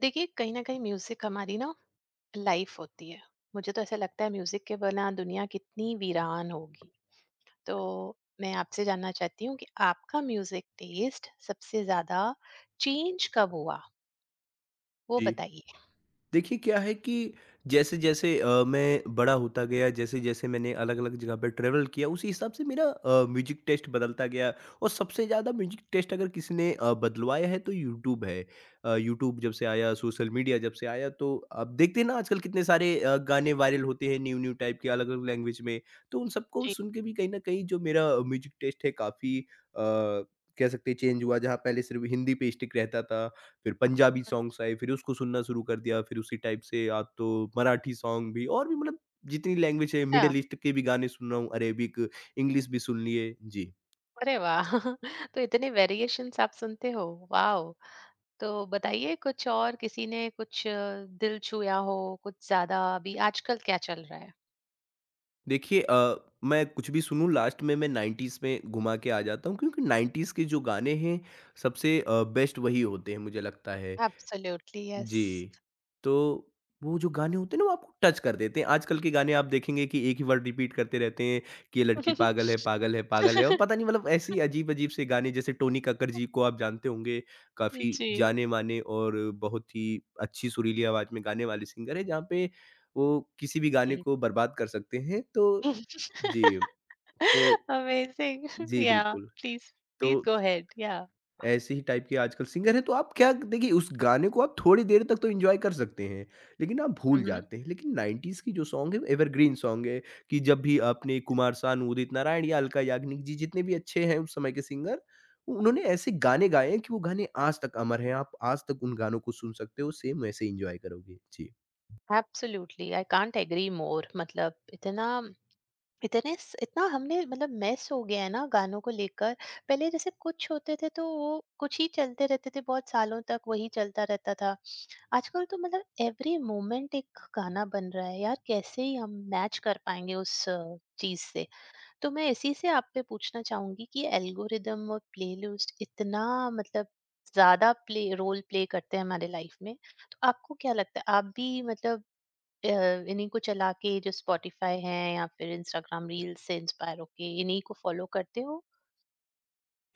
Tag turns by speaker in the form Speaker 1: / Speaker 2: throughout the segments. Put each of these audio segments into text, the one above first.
Speaker 1: देखिए कहीं ना कहीं म्यूजिक हमारी ना लाइफ होती है। मुझे तो ऐसा लगता है म्यूजिक के बिना दुनिया कितनी वीरान होगी। तो मैं आपसे जानना चाहती हूँ कि आपका म्यूजिक टेस्ट सबसे ज्यादा चेंज कब हुआ, वो
Speaker 2: जी।
Speaker 1: बताइए।
Speaker 2: देखिए क्या है कि जैसे-जैसे मैं बड़ा होता गया, जैसे-जैसे मैंने अलग-अलग जगह पे ट्रैवल किया, उसी हिसाब से मेरा म्यूज़िक टेस्ट बदलता गया और सबसे ज़्यादा म्यूज़िक टेस्ट अगर किसी ने बदलवाया है तो यूट्यूब है। यूट्यूब जब से आया, सोशल मीडिया जब से आया तो आप देखते हैं ना आजकल कितने सारे गाने वायरल होते हैं न्यू-न्यू टाइप के अलग-अलग लैंग्वेज में। तो उन सबको
Speaker 1: जी।
Speaker 2: सुन के भी कहीं न कहीं जो मेरा म्यूज़िक टेस्ट है काफ़ी कह सकते हैं चेंज हुआ। जहाँ पहले सिर्फ़ हिंदी पे स्टिक रहता था फिर पंजाबी सॉन्ग्स आए, फिर उसको सुनना शुरू कर दिया, फिर उसी टाइप से अब तो मराठी सॉन्ग भी और भी मतलब जितनी लैंग्वेज है,
Speaker 1: अच्छा।
Speaker 2: मिडल ईस्ट के भी गाने सुन रहा हूँ, अरेबिक, इंग्लिश भी सुन लिए। जी।
Speaker 1: अरे वाह! तो इतने वेरिएशंस आप सुनते हो, वाह। तो बताइए कुछ और, किसी ने कुछ दिल छुया हो, कुछ ज्यादा अभी आजकल क्या चल रहा है।
Speaker 2: देखिए मैं कुछ भी सुनूँ लास्ट में मैं 90s में घुमा के आ जाता हूँ क्योंकि 90s के जो गाने हैं सबसे बेस्ट वही होते हैं मुझे लगता है।
Speaker 1: Absolutely yes.
Speaker 2: जी। तो वो जो गाने होते हैं ना, वो आपको टच कर देते हैं। आजकल के गाने आप देखेंगे कि एक ही वर्ड रिपीट करते रहते हैं कि ये लड़की पागल है, पागल है, पागल है और पता नहीं मतलब ऐसे ही अजीब-अजीब से गाने जैसे टोनी कक्कड़ जी को आप जानते होंगे, काफ़ी
Speaker 1: जी
Speaker 2: जाने-माने और बहुत ही अच्छी सुरीली आवाज़ में गाने वाले सिंगर हैं, जहाँ पे वो किसी भी गाने
Speaker 1: जी।
Speaker 2: को बर्बाद कर सकते हैं। जी, तो
Speaker 1: Amazing.
Speaker 2: जी,
Speaker 1: Yeah,
Speaker 2: बिल्कुल।
Speaker 1: please
Speaker 2: तो
Speaker 1: please go ahead. Yeah.
Speaker 2: ऐसे ही टाइप के आजकल सिंगर हैं, तो आप क्या देखिए उस गाने को आप थोड़ी देर तक तो एन्जॉय कर सकते हैं, लेकिन आप भूल
Speaker 1: Mhm.
Speaker 2: जाते हैं। लेकिन 90s की जो सॉन्ग है वो एवरग्रीन सॉन्ग है कि जब भी आपने कुमार सानू, उदित नारायण या अलका याग्निक जी जितने भी अच्छे हैं उस समय के सिंगर, उन्होंने ऐसे गाने गाए हैं कि वो गाने आज तक अमर हैं। आप आज तक उन गानों को सुन सकते हो, सेम वैसे एन्जॉय करोगे। जी।
Speaker 1: Absolutely I can't agree more. मतलब इतना, इतना हमने मतलब मेस हो गया है ना गानों को लेकर। पहले जैसे कुछ होते थे तो वो कुछ ही चलते रहते थे, बहुत सालों तक वही चलता रहता था। आजकल तो मतलब एवरी मोमेंट एक गाना बन रहा है यार, कैसे ही हम मैच कर पाएंगे उस चीज से। तो मैं इसी से आपसे पूछना चाहूंगी कि एल्गोरिदम और प्लेलिस्ट इतना मतलब ज्यादा प्ले रोल प्ले करते हैं हमारे लाइफ में। तो आपको क्या लगता है, आप भी मतलब अ, इन्हीं को चला के जो स्पॉटिफाई है या फिर इंस्टाग्राम रील्स से इंस्पायर होके इन्हीं को फॉलो करते हो।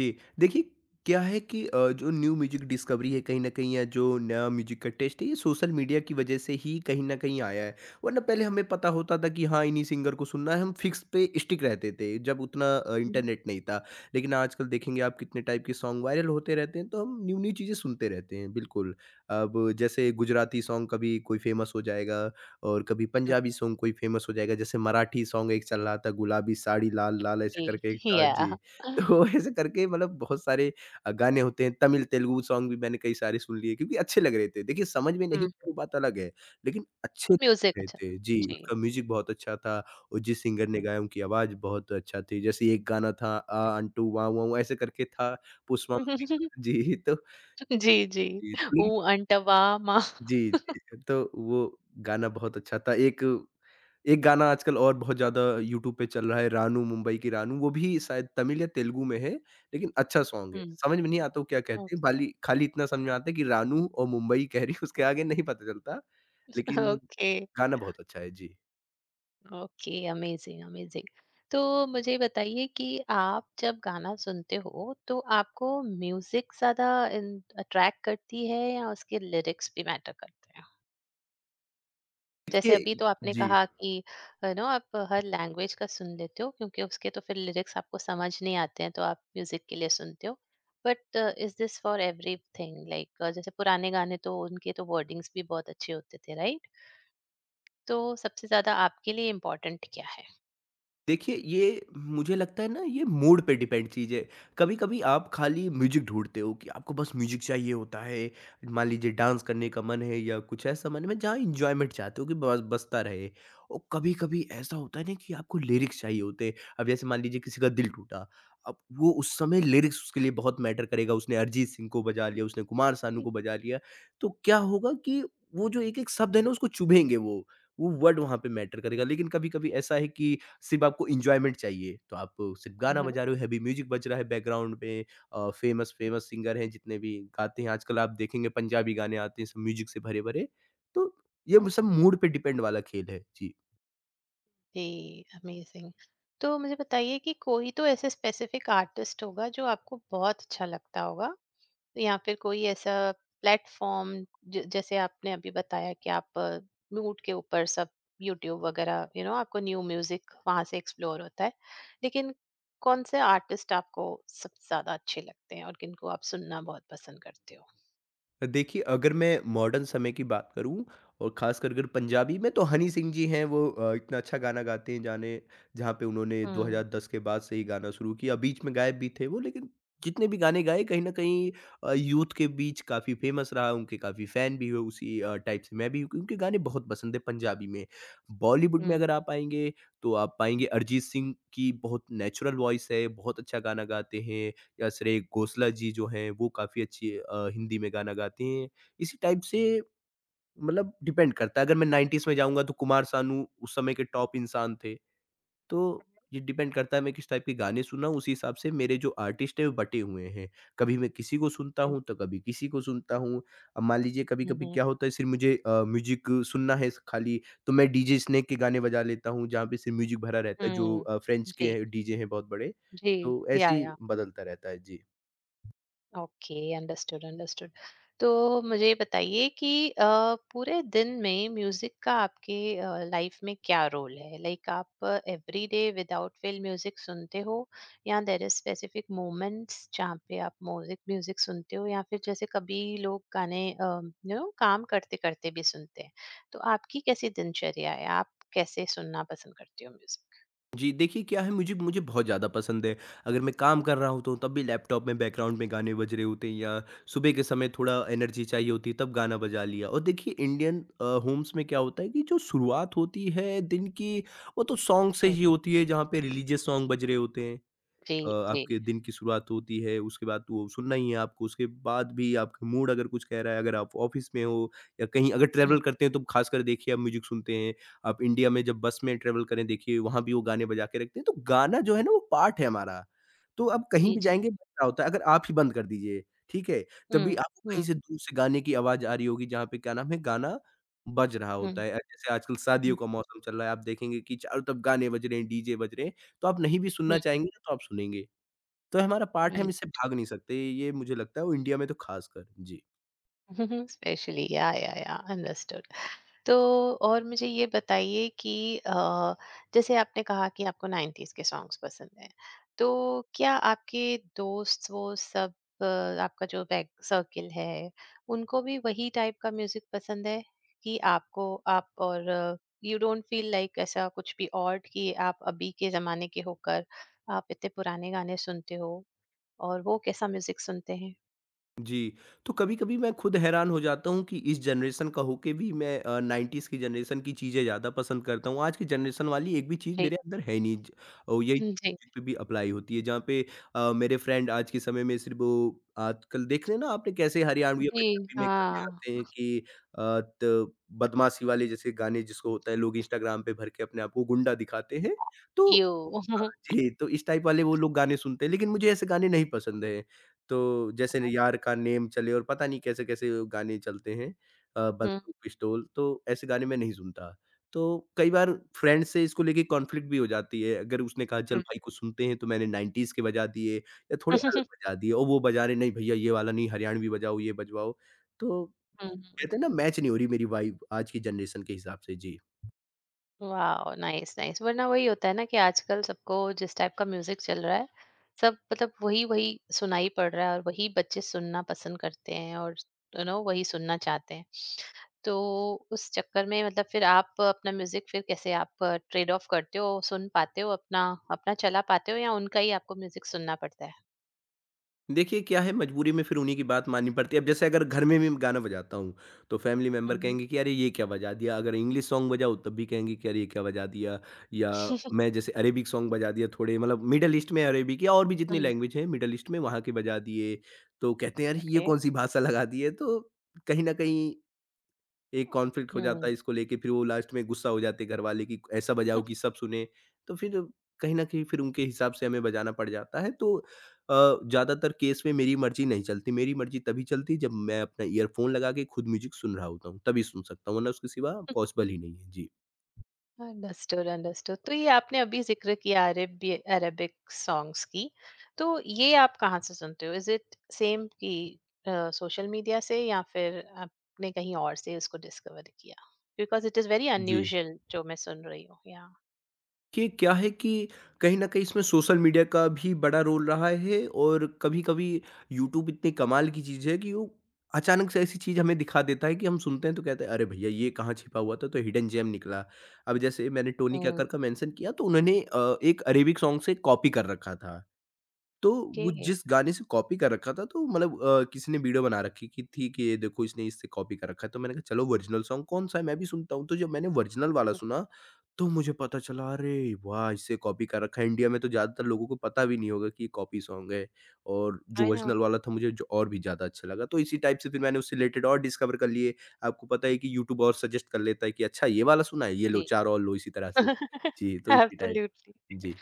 Speaker 2: जी, देखिए क्या है कि जो न्यू म्यूज़िक डिस्कवरी है कहीं न कहीं या जो नया म्यूज़िक का टेस्ट है ये सोशल मीडिया की वजह से ही कहीं न कहीं आया है। वरना पहले हमें पता होता था कि हाँ, इन्हीं सिंगर को सुनना है, हम फ़िक्स पे स्टिक रहते थे जब उतना
Speaker 1: हम्म,
Speaker 2: इंटरनेट नहीं था। लेकिन आजकल देखेंगे आप कितने टाइप के सॉन्ग वायरल होते रहते हैं तो हम न्यू-न्यू चीज़ें सुनते रहते हैं, बिल्कुल। अब जैसे गुजराती सॉन्ग कभी कोई फ़ेमस हो जाएगा और कभी पंजाबी सॉन्ग कोई फ़ेमस हो जाएगा। जैसे मराठी सॉन्ग एक चल रहा था गुलाबी साड़ी लाल लाल ऐसे करके एक
Speaker 1: जी
Speaker 2: था
Speaker 1: या।
Speaker 2: जी। तो ऐसे करके मतलब बहुत सारे गाने होते हैं, तमिल, तेलुगु सॉन्ग भी मैंने कई सारे सुन लिए क्योंकि अच्छे लग रहे थे। देखिए समझ में नहीं वो बात अलग है, लेकिन अच्छे लग
Speaker 1: म्यूजिक
Speaker 2: रहे
Speaker 1: अच्छा।
Speaker 2: थे। जी,
Speaker 1: जी।
Speaker 2: उसका म्यूज़िक बहुत अच्छा था और जिस सिंगर ने
Speaker 1: हम्म।
Speaker 2: गाया उनकी आवाज़ बहुत अच्छा थी। जैसे एक गाना था आ अंटू वाव वाव ऐसे करके था पुष्पा मूवी का जी, तो
Speaker 1: जी जी। ओ
Speaker 2: जी।
Speaker 1: अंटवा मा।
Speaker 2: जी, जी, जी, तो वो गाना बहुत अच्छा था। एक एक गाना आजकल और बहुत ज़्यादा यूट्यूब पे चल रहा है, रानू मुंबई की रानू, वो भी शायद तमिल या तेलुगु में है, लेकिन अच्छा सॉन्ग है। समझ में नहीं आता वो क्या कहते हैं,
Speaker 1: ओके
Speaker 2: बाली खाली इतना समझ में आता है कि रानू और मुंबई कह रही है, उसके आगे नहीं पता चलता, लेकिन
Speaker 1: ओके।
Speaker 2: गाना बहुत अच्छा है। जी।
Speaker 1: Okay amazing amazing. तो मुझे बताइए कि आप जब गाना सुनते हो तो आपको म्यूजिक ज्यादा अट्रैक्ट करती है या उसके लिरिक्स भी मैटर करते हैं। जैसे अभी
Speaker 2: देखिए
Speaker 1: तो आपने
Speaker 2: जी।
Speaker 1: कहा कि यू नो आप हर लैंग्वेज का सुन लेते हो, क्योंकि उसके तो फिर लिरिक्स आपको समझ नहीं आते हैं, तो आप म्यूजिक के लिए सुनते हो। But is this for everything, like जैसे पुराने गाने तो उनके तो वर्डिंग्स भी बहुत अच्छे होते थे राइट। तो सबसे ज्यादा आपके लिए इम्पोर्टेंट क्या है?
Speaker 2: देखिए, ये मुझे लगता है ना ये मूड पे डिपेंड चीज़ है। कभी-कभी आप खाली म्यूज़िक ढूँढते हो कि आपको बस म्यूज़िक चाहिए होता है। मान लीजिए डांस करने का मन है या कुछ ऐसा मन में जहाँ एन्जॉयमेंट चाहते हो कि बस बजता रहे। और कभी-कभी ऐसा होता है ना कि आपको लिरिक्स चाहिए होते हैं। अब जैसे मान लीजिए किसी का दिल टूटा, अब वो उस समय लिरिक्स उसके लिए बहुत मैटर करेगा। उसने अरिजीत सिंह को बजा लिया, उसने कुमार सानू को बजा लिया, तो क्या होगा कि वो जो एक-एक शब्द है ना उसको चुभेंगे वो। वो वर्ड वहाँ पे मैटर करेगा। लेकिन कभी-कभी ऐसा है कि सिर्फ़ आपको एन्जॉयमेंट चाहिए, तो आप सिर्फ़ गाना बजा रहे हो, हेवी म्यूज़िक बज रहा है बैकग्राउंड में फ़ेमस फ़ेमस सिंगर हैं जितने भी गाते हैं, आजकल आप देखेंगे पंजाबी गाने आते हैं सब म्यूज़िक से भरे-भरे, तो ये सब मूड पे डिपेंड वाला खेल है। जी।
Speaker 1: जी, अमेजिंग। तो मुझे बताइए कि कोई तो ऐसे स्पेसिफिक आर्टिस्ट होगा जो आपको बहुत अच्छा लगता होगा, या फिर कोई ऐसा प्लेटफ़ॉर्म। ज जैसे आपने अभी बताया कि आप म्यूट के ऊपर सब यूट्यूब वगैरह यू नो आपको न्यू म्यूज़िक वहाँ से एक्सप्लोर होता है। लेकिन कौन से आर्टिस्ट आपको सबसे ज़्यादा अच्छे लगते हैं और किनको आप सुनना बहुत पसंद करते हो?
Speaker 2: देखिए, अगर मैं मॉडर्न समय की बात करूँ और ख़ासकर अगर पंजाबी में तो हनी सिंह जी हैं वो इतना अच्छा गाना गाते हैं जाने जहाँ पे उन्होंने
Speaker 1: हुँ,
Speaker 2: 2010 के बाद से ही गाना शुरू किया। बीच में गायब भी थे वो लेकिन जितने भी गाने गाए कहीं न कहीं यूथ के बीच काफ़ी फ़ेमस रहा, उनके काफ़ी फ़ैन भी हुए उसी टाइप से मैं भी हूँ, उनके गाने बहुत पसंद है पंजाबी में। बॉलीवुड में
Speaker 1: हुँ,
Speaker 2: अगर आप आएँगे तो आप पाएँगे अरिजीत सिंह की बहुत नेचुरल वॉइस है, बहुत अच्छा गाना गाते हैं। या श्रेय घोषला जी जो हैं, वो काफ़ी अच्छी हिंदी में गाना गाते हैं। इसी टाइप से मतलब डिपेंड करता है। अगर मैं 90s में जाऊँगा तो कुमार सानू उस समय के टॉप इंसान थे। तो ये डिपेंड करता है मैं किस टाइप के गाने सुना हूँ, उसी हिसाब से मेरे जो आर्टिस्ट हैं वो बँटे हुए हैं। कभी मैं किसी को सुनता
Speaker 1: ओके।
Speaker 2: हूँ तो कभी किसी को सुनता हूँ। अब मान लीजिए
Speaker 1: हुँ,
Speaker 2: कभी-कभी
Speaker 1: हुँ,
Speaker 2: क्या होता है सिर्फ़ मुझे म्यूज़िक सुनना है खाली तो मैं डीजे स्नेक के गाने बजा लेता हूँ जहाँ पे सिर्फ़ म्यूज़िक भरा रहता है जो
Speaker 1: हुँ।
Speaker 2: फ्रेंच
Speaker 1: जी,
Speaker 2: के डीजे हैं बहुत बड़े।
Speaker 1: जी।
Speaker 2: तो
Speaker 1: या,
Speaker 2: ऐसे ही
Speaker 1: या।
Speaker 2: बदलता रहता है। जी।
Speaker 1: Okay understood understood. तो मुझे ये बताइए कि पूरे दिन में म्यूजिक का आपके लाइफ में क्या रोल है। लाइक आप every day without fail music सुनते हो, या देर इज स्पेसिफिक मोमेंट्स जहाँ पे आप म्यूजिक म्यूजिक सुनते हो, या फिर जैसे कभी लोग गाने यू नो काम करते करते भी सुनते हैं। तो आपकी कैसी दिनचर्या है, आप कैसे सुनना पसंद करती हो म्यूजिक?
Speaker 2: जी, देखिए क्या है मुझे मुझे बहुत ज़्यादा पसंद है। अगर मैं काम कर रहा होता हूँ तब भी लैपटॉप में बैकग्राउंड में गाने बज रहे होते हैं या सुबह के समय थोड़ा एनर्जी चाहिए होती है तब गाना बजा लिया। और देखिए इंडियन होम्स में क्या होता है कि जो शुरुआत होती है दिन की वो तो सॉन्ग से
Speaker 1: हम्म,
Speaker 2: ही होती है जहाँ पे रिलीजियस सॉन्ग बज रहे होते हैं।
Speaker 1: जी जी।
Speaker 2: आपके दिन की शुरुआत होती है, उसके बाद तो वो सुनना ही है आपको, उसके बाद भी आपका मूड अगर कुछ कह रहा है, अगर आप ऑफ़िस में हो या कहीं अगर
Speaker 1: हम्म,
Speaker 2: ट्रैवल करते हैं तो ख़ासकर देखिए आप म्यूज़िक सुनते हैं। आप इंडिया में जब बस में ट्रैवल करें देखिए वहाँ भी वो गाने बजा के रखते हैं, तो गाना जो है ना वो पार्ट है हमारा। तो आप कहीं
Speaker 1: जी
Speaker 2: भी
Speaker 1: जी।
Speaker 2: जाएँगे बज रहा होता है, अगर आप ही बंद कर दीजिए, ठीक है? तभी
Speaker 1: हम्म।
Speaker 2: आपको कहीं
Speaker 1: हम्म।
Speaker 2: से दूर से गाने की आवाज़ आ रही होगी जहाँ पे क्या नाम है गाना बज रहा होता
Speaker 1: हम्म।
Speaker 2: है। जैसे आजकल शादियों का मौसम चल रहा है, आप देखेंगे कि चारों तरफ गाने बज रहे हैं, डीजे बज रहे हैं। तो आप नहीं भी सुनना
Speaker 1: हम्म।
Speaker 2: चाहेंगे तो आप सुनेंगे। तो हमारा पार्ट है, हम
Speaker 1: राइट।
Speaker 2: इससे भाग नहीं सकते, ये मुझे लगता है और इंडिया में तो ख़ासकर। जी।
Speaker 1: स्पेशली या अंडरस्टूड। तो और मुझे ये बताइए कि जैसे आपने कहा कि आपको 90s के सॉन्ग्स पसंद हैं। तो क्या आपके दोस्त वो सब, अ, आपका जो बैक सर्किल है, उनको भी वही टाइप का म्यूजिक पसंद है कि आपको? आप और यू डोंट फील लाइक ऐसा कुछ भी ऑड कि आप अभी के जमाने के होकर आप इतने पुराने गाने सुनते हो? और वो कैसा म्यूजिक सुनते हैं?
Speaker 2: जी, तो कभी-कभी मैं खुद हैरान हो जाता हूँ कि इस जनरेशन का होके भी मैं 90s की जनरेशन की चीज़ें ज़्यादा पसंद करता हूँ। आज की जनरेशन वाली एक भी चीज़
Speaker 1: जी
Speaker 2: मेरे अंदर है नहीं। ज औ यही
Speaker 1: जी
Speaker 2: म्यूज़िक पे भी अप्लाई होती है जहाँ पे मेरे फ्रेंड आज के समय में सिर्फ़ वो आजकल देख रहे हैं ना आपने कैसे हरियाणवी या
Speaker 1: जी।
Speaker 2: पंजाबी में गाने आते
Speaker 1: हाँ।
Speaker 2: हैं कि अ, त बदमाशी वाले जैसे गाने जिसको होता है लोग इंस्टाग्राम पे भर के अपने आप को गुंडा दिखाते हैं। तो
Speaker 1: You.
Speaker 2: हाँ जी, तो इस टाइप वाले वो लोग गाने सुनते हैं, लेकिन मुझे ऐसे गाने नहीं पसंद हैं। तो जैसे न यार का नेम चले और पता नहीं कैसे-कैसे गाने चलते हैं
Speaker 1: हुँ,
Speaker 2: बंदूक, पिस्तौल तो ऐसे गाने मैं नहीं सुनता। तो कई बार फ्रेंड्स से इसको लेके कॉन्फ्लिक्ट भी हो जाती है, अगर उसने कहा चल
Speaker 1: हुँ।
Speaker 2: भाई कुछ सुनते हैं तो मैंने 90s के बजा दिए या थोड़े अलग
Speaker 1: हुँ,
Speaker 2: बजा दिए और वो बजा रहे नहीं भैया ये वाला नहीं हरियाणवी बजाओ, ये बजवाओ। तो कहते हैं ना मैच नहीं हो रही मेरी वाइब आज की जनरेशन के हिसाब से। जी।
Speaker 1: वाओ! Nice, nice. वरना वही होता है ना कि आजकल सबको जिस टाइप का म्यूज़िक चल रहा है, सब मतलब वही-वही सुनाई पड़ रहा है और वही बच्चे सुनना पसंद करते हैं और यू नो वही सुनना चाहते हैं। तो उस चक्कर में मतलब फिर आप अपना म्यूज़िक फिर कैसे आप ट्रेड ऑफ करते हो, सुन पाते हो अपना, अपना चला पाते हो या उनका ही आपको म्यूज़िक सुनना पड़ता है?
Speaker 2: देखिए, क्या है मजबूरी में फिर उन्हीं की बात माननी पड़ती है। अब जैसे अगर घर में भी मैं गाना बजाता हूँ, तो फैमिली मेंबर
Speaker 1: हुँ, हुँ।
Speaker 2: कहेंगे कि अरे ये क्या बजा दिया? अगर इंग्लिश सॉन्ग बजाऊँ तब भी कहेंगे कि अरे ये क्या बजा दिया? या मैं जैसे अरेबिक सॉन्ग बजा दिया थोड़े मतलब मिडल ईस्ट में अरेबिक या और भी जितनी
Speaker 1: हुँ,
Speaker 2: लैंग्वेज है मिडल ईस्ट में वहाँ के बजा दिए। तो कहते हैं अरे ये
Speaker 1: ओके।
Speaker 2: कौन-सी भाषा लगा दी है? तो कहीं न कहीं एक कॉन्फ्लिक्ट हो जाता
Speaker 1: हुँ।
Speaker 2: है इसको लेके, फिर वो लास्ट में गुस्सा हो जाते हैं घरवाले कि ऐसा बजाओ कि सब सुने। तो फिर कहीं न कहीं फिर उनके हिसाब से हमें बजाना पड़ जाता है। तो अ, ज़्यादातर केस में मेरी मर्ज़ी नहीं चलती। मेरी मर्ज़ी तभी चलती है जब मैं अपना ईयरफ़ोन लगा के खुद म्यूज़िक सुन रहा होता हूँ, तभी सुन सकता हूँ, वरना उसके सिवा पॉसिबल ही नहीं है। जी।
Speaker 1: Understood understood. तो ये आपने अभी जिक्र किया अरब अरेबिक सॉन्ग्स की। तो ये आप कहाँ से सुनते हो? इज इट सेम की सोशल मीडिया से, या फिर आपने कहीं और से उसको डिस्कवर किया? बिकॉज इट इज वेरी
Speaker 2: जी।
Speaker 1: अनयूजुअल जो मैं सुन रही हूँ या।
Speaker 2: कि क्या है कि कहीं न कहीं इसमें सोशल मीडिया का भी बड़ा रोल रहा है और कभी-कभी यूट्यूब इतनी कमाल की चीज़ है कि वो अचानक से ऐसी चीज़ हमें दिखा देता है कि हम सुनते हैं तो कहते हैं, "अरे भईया! ये कहाँ छिपा हुआ था?" तो हिडन जेम निकला। अब जैसे मैंने टोनी कक्कर का मेंशन किया तो उन्होंने एक अरेबिक सॉन्ग से कॉपी कर रखा था। तो वो
Speaker 1: ओके।
Speaker 2: जिस गाने से कॉपी कर रखा था तो मतलब किसी ने वीडियो बना रखी कि थी कि ये देखो इसने इससे कॉपी कर रखा है, तो मैंने कहा चलो ओरिजिनल सॉन्ग कौन-सा है मैं भी सुनता हूँ। तो जब मैंने ओरिजिनल वाला सुना तो मुझे पता चला, अरे वाह! इससे कॉपी कर रखा है। इंडिया में तो ज़्यादातर लोगों को पता भी नहीं होगा कि ये कॉपी सॉन्ग है, और जो
Speaker 1: आई नो।
Speaker 2: ओरिजिनल वाला था मुझे जो और भी ज़्यादा अच्छा लगा। तो इसी टाइप से फिर मैंने उससे रिलेटेड और डिस्कवर कर लिए। आपको पता है कि यूट्यूब और सजेस्ट कर लेता है कि अच्छा ये वाला सुना है? ये लो
Speaker 1: जी
Speaker 2: 4 और लो इसी तरह से। जी, तो इसी टाइप।
Speaker 1: एब्सोल्युटली।
Speaker 2: जी।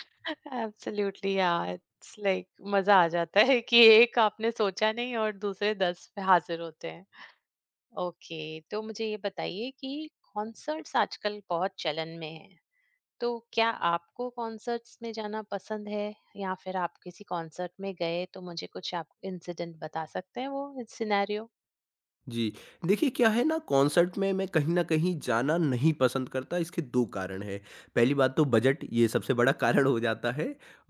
Speaker 1: एब्सोल्युटली यार, इट्स लाइक मजा आ जाता है कि एक आपने सोचा नहीं और दूसरे दस पे हाजिर होते हैं। ओके। तो मुझे ये बताइए कि कॉन्सर्ट्स आजकल बहुत चलन में हैं। तो क्या आपको कॉन्सर्ट्स में जाना पसंद है, या फिर आप किसी कॉन्सर्ट में गए तो मुझे कुछ आप इंसिडेंट बता सकते हैं वो सिनेरियो।
Speaker 2: जी। देखिए क्या है ना, कॉन्सर्ट में मैं कहीं न कहीं जाना नहीं पसंद करता, इसके 2 कारण हैं। पहली बात तो बजट, ये सबसे बड़ा कारण हो जाता है,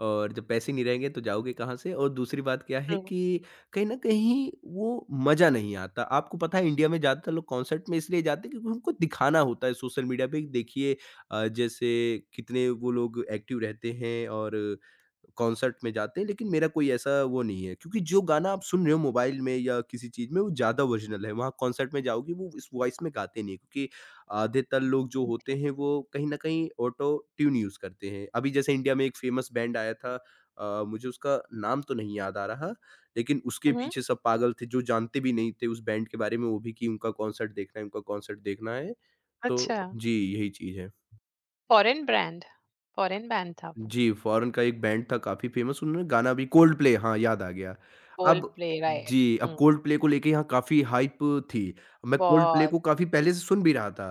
Speaker 2: और जब पैसे नहीं रहेंगे तो जाओगे कहाँ से? और दूसरी बात क्या है
Speaker 1: True.
Speaker 2: कि कहीं न कहीं वो मज़ा नहीं आता। आपको पता है, इंडिया में ज़्यादातर लोग कॉन्सर्ट में इसलिए जाते हैं क्योंकि उनको दिखाना होता है सोशल मीडिया पे, देखिए जैसे कितने वो लोग एक्टिव रहते हैं और कॉन्सर्ट में जाते हैं, लेकिन मेरा कोई ऐसा वो नहीं है, क्योंकि जो गाना आप सुन रहे हो मोबाइल में या किसी चीज़ में, वो ज़्यादा ओरिजिनल है। वहाँ कॉन्सर्ट में जाओगे, वो इस वॉइस में गाते नहीं हैं, क्योंकि आधे-तर लोग जो होते हैं, वो कहीं न कहीं ऑटो ट्यून यूज़ करते हैं। अभी जैसे इंडिया में एक फ़ेमस बैंड आया था, मुझे उसका नाम तो नहीं याद आ रहा, लेकिन उसके
Speaker 1: हम्म।
Speaker 2: पीछे सब पागल थे, जो जानते भी नहीं थे उस बैंड के बारे में, वो भी कि उनका कॉन्सर्ट देखना है, उनका कॉन्सर्ट देखना है। तो
Speaker 1: अच्छा।
Speaker 2: जी, यही चीज़ है।
Speaker 1: फॉरेन ब्रांड फॉरेन बैंड था वो?
Speaker 2: जी, फ़ॉरेन का एक बैंड था काफ़ी फ़ेमस, उन्होंने गाना भी, कोल्ड प्ले, हाँ, याद आ गया। अब
Speaker 1: Coldplay, right?
Speaker 2: जी, अब कोल्ड
Speaker 1: हम्म।
Speaker 2: प्ले को लेके यहाँ काफ़ी हाइप थी। मैं कोल्ड प्ले
Speaker 1: बहुत।
Speaker 2: को काफ़ी पहले से सुन भी रहा था,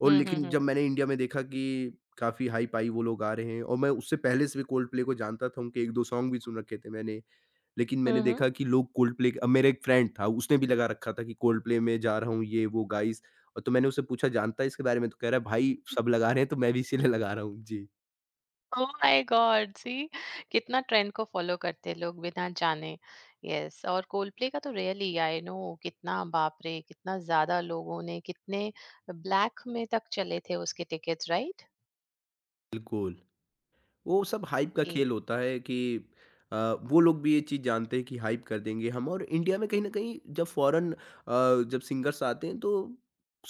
Speaker 2: और
Speaker 1: हम्म।
Speaker 2: लेकिन
Speaker 1: हम्म।
Speaker 2: जब मैंने इंडिया में देखा कि काफ़ी हाइप आई, वो लोग आ रहे हैं, और मैं उससे पहले से भी कोल्ड प्ले को जानता था, उनके 1-2 सॉन्ग भी सुन रखे थे मैंने। लेकिन मैंने
Speaker 1: हम्म।
Speaker 2: देखा कि लोग कोल्ड प्ले, अब मेरा एक फ्रेंड था, उसने भी लगा रखा था कि कोल्ड प्ले में जा रहा हूँ, ये वो गाइज़, और तो मैंने उससे पूछा, जानता है इसके बारे में? तो कह रहा है, "भाई, सब लगा रहे हैं तो मैं भी इसीलिए लगा रहा हूँ।" जी,
Speaker 1: ओह माय गॉड! सी कितना ट्रेंड को फॉलो करते हैं लोग बिना जाने। यस, और कोल्डप्ले का तो रियली आई नो कितना, बाप रे कितना ज्यादा, लोगों ने कितने ब्लैक में तक चले थे उसके टिकट्स राइट।
Speaker 2: बिल्कुल। वो सब हाइप का
Speaker 1: कि
Speaker 2: खेल होता है कि अ, वो लोग भी ये चीज़ जानते हैं कि हाइप कर देंगे हम, और इंडिया में कहीं ना कहीं जब फॉरेन, जब सिंगर्स आते हैं, तो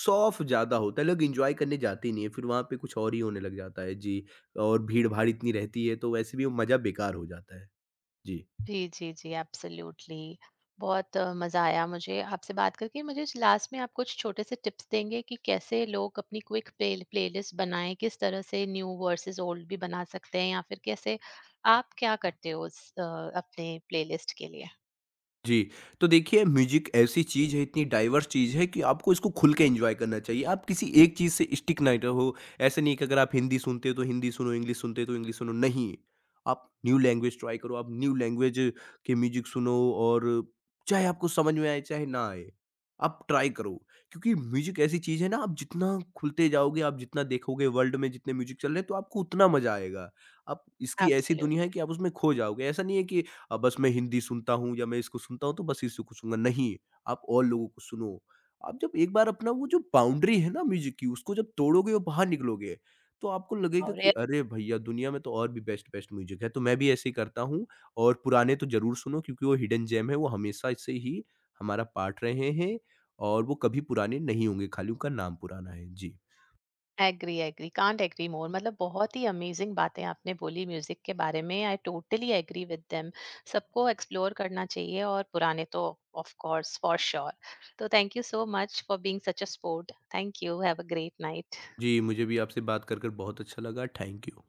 Speaker 2: सौफ ज़्यादा होता है। लोग इंजॉय करने जाते ही नहीं है, फिर वहाँ पे कुछ और ही होने लग जाता है। जी। और भीड़ भाड़ इतनी रहती है, तो वैसे भी वो मज़ा बेकार हो जाता है। जी।
Speaker 1: जी जी जी। एब्सोल्युटली। बहुत मजा आया मुझे आपसे बात करके। मुझे लास्ट में आप कुछ छोटे से टिप्स देंगे कि कैसे लोग अपनी क्विक प्ले प्लेलिस्ट बनाएं, किस तरह से न्यू वर्सेस ओल्ड भी बना सकते हैं, या फिर कैसे आप क्या करते हो उस अपने प्लेलिस्ट के लिए।
Speaker 2: जी, तो देखिए, म्यूज़िक ऐसी चीज़ है, इतनी डाइवर्स चीज़ है कि आपको इसको खुल के एन्जॉय करना चाहिए। आप किसी एक चीज़ से स्टिक ना रहो। ऐसा नहीं है कि अगर आप हिंदी सुनते हो तो हिंदी सुनो, इंग्लिश सुनते हो तो इंग्लिश सुनो, नहीं। आप न्यू लैंग्वेज ट्राई करो, आप न्यू लैंग्वेज के म्यूज़िक सुनो, और चाहे आपको समझ में आए, चाहे ना आए, आप ट्राई करो। क्योंकि म्यूज़िक ऐसी चीज़ है ना, आप जितना खुलते जाओगे, आप जितना देखोगे वर्ल्ड में जितने म्यूज़िक चल रहे हैं, तो आपको उतना मज़ा आएगा। आप, इसकी ऐसी दुनिया है
Speaker 1: एब्सोल्युटली।
Speaker 2: कि आप उसमें खो जाओगे। ऐसा नहीं है कि बस मैं हिंदी सुनता हूँ या मैं इसको सुनता हूँ तो बस इसी को सुनूँगा, नहीं, आप और लोगों को सुनो। आप जब एक बार अपना वो जो बाउंड्री है ना म्यूज़िक की, उसको जब तोड़ोगे और बाहर निकलोगे, तो आपको लगेगा
Speaker 1: और
Speaker 2: कि अरे भईया, दुनिया में तो और भी बेस्ट-बेस्ट म्यूज़िक है। तो मैं भी ऐसे ही करता हूँ, और पुराने तो ज़रूर सुनो क्योंकि वो हिडन जेम है, वो हमेशा से ही हमारा पार्ट रहे हैं, और वो कभी पुराने नहीं होंगे, खाली उनका नाम पुराना है। जी।
Speaker 1: Agree agree can't agree more. मतलब बहुत ही अमेजिंग बातें आपने बोली म्यूजिक के बारे में, I totally agree with them. सबको एक्सप्लोर करना चाहिए और पुराने तो ऑफ कोर्स फॉर श्योर। तो thank you so much for being such a sport. Thank you. Have a great night.
Speaker 2: जी, मुझे भी आपसे बात कर बहुत अच्छा लगा। Thank you.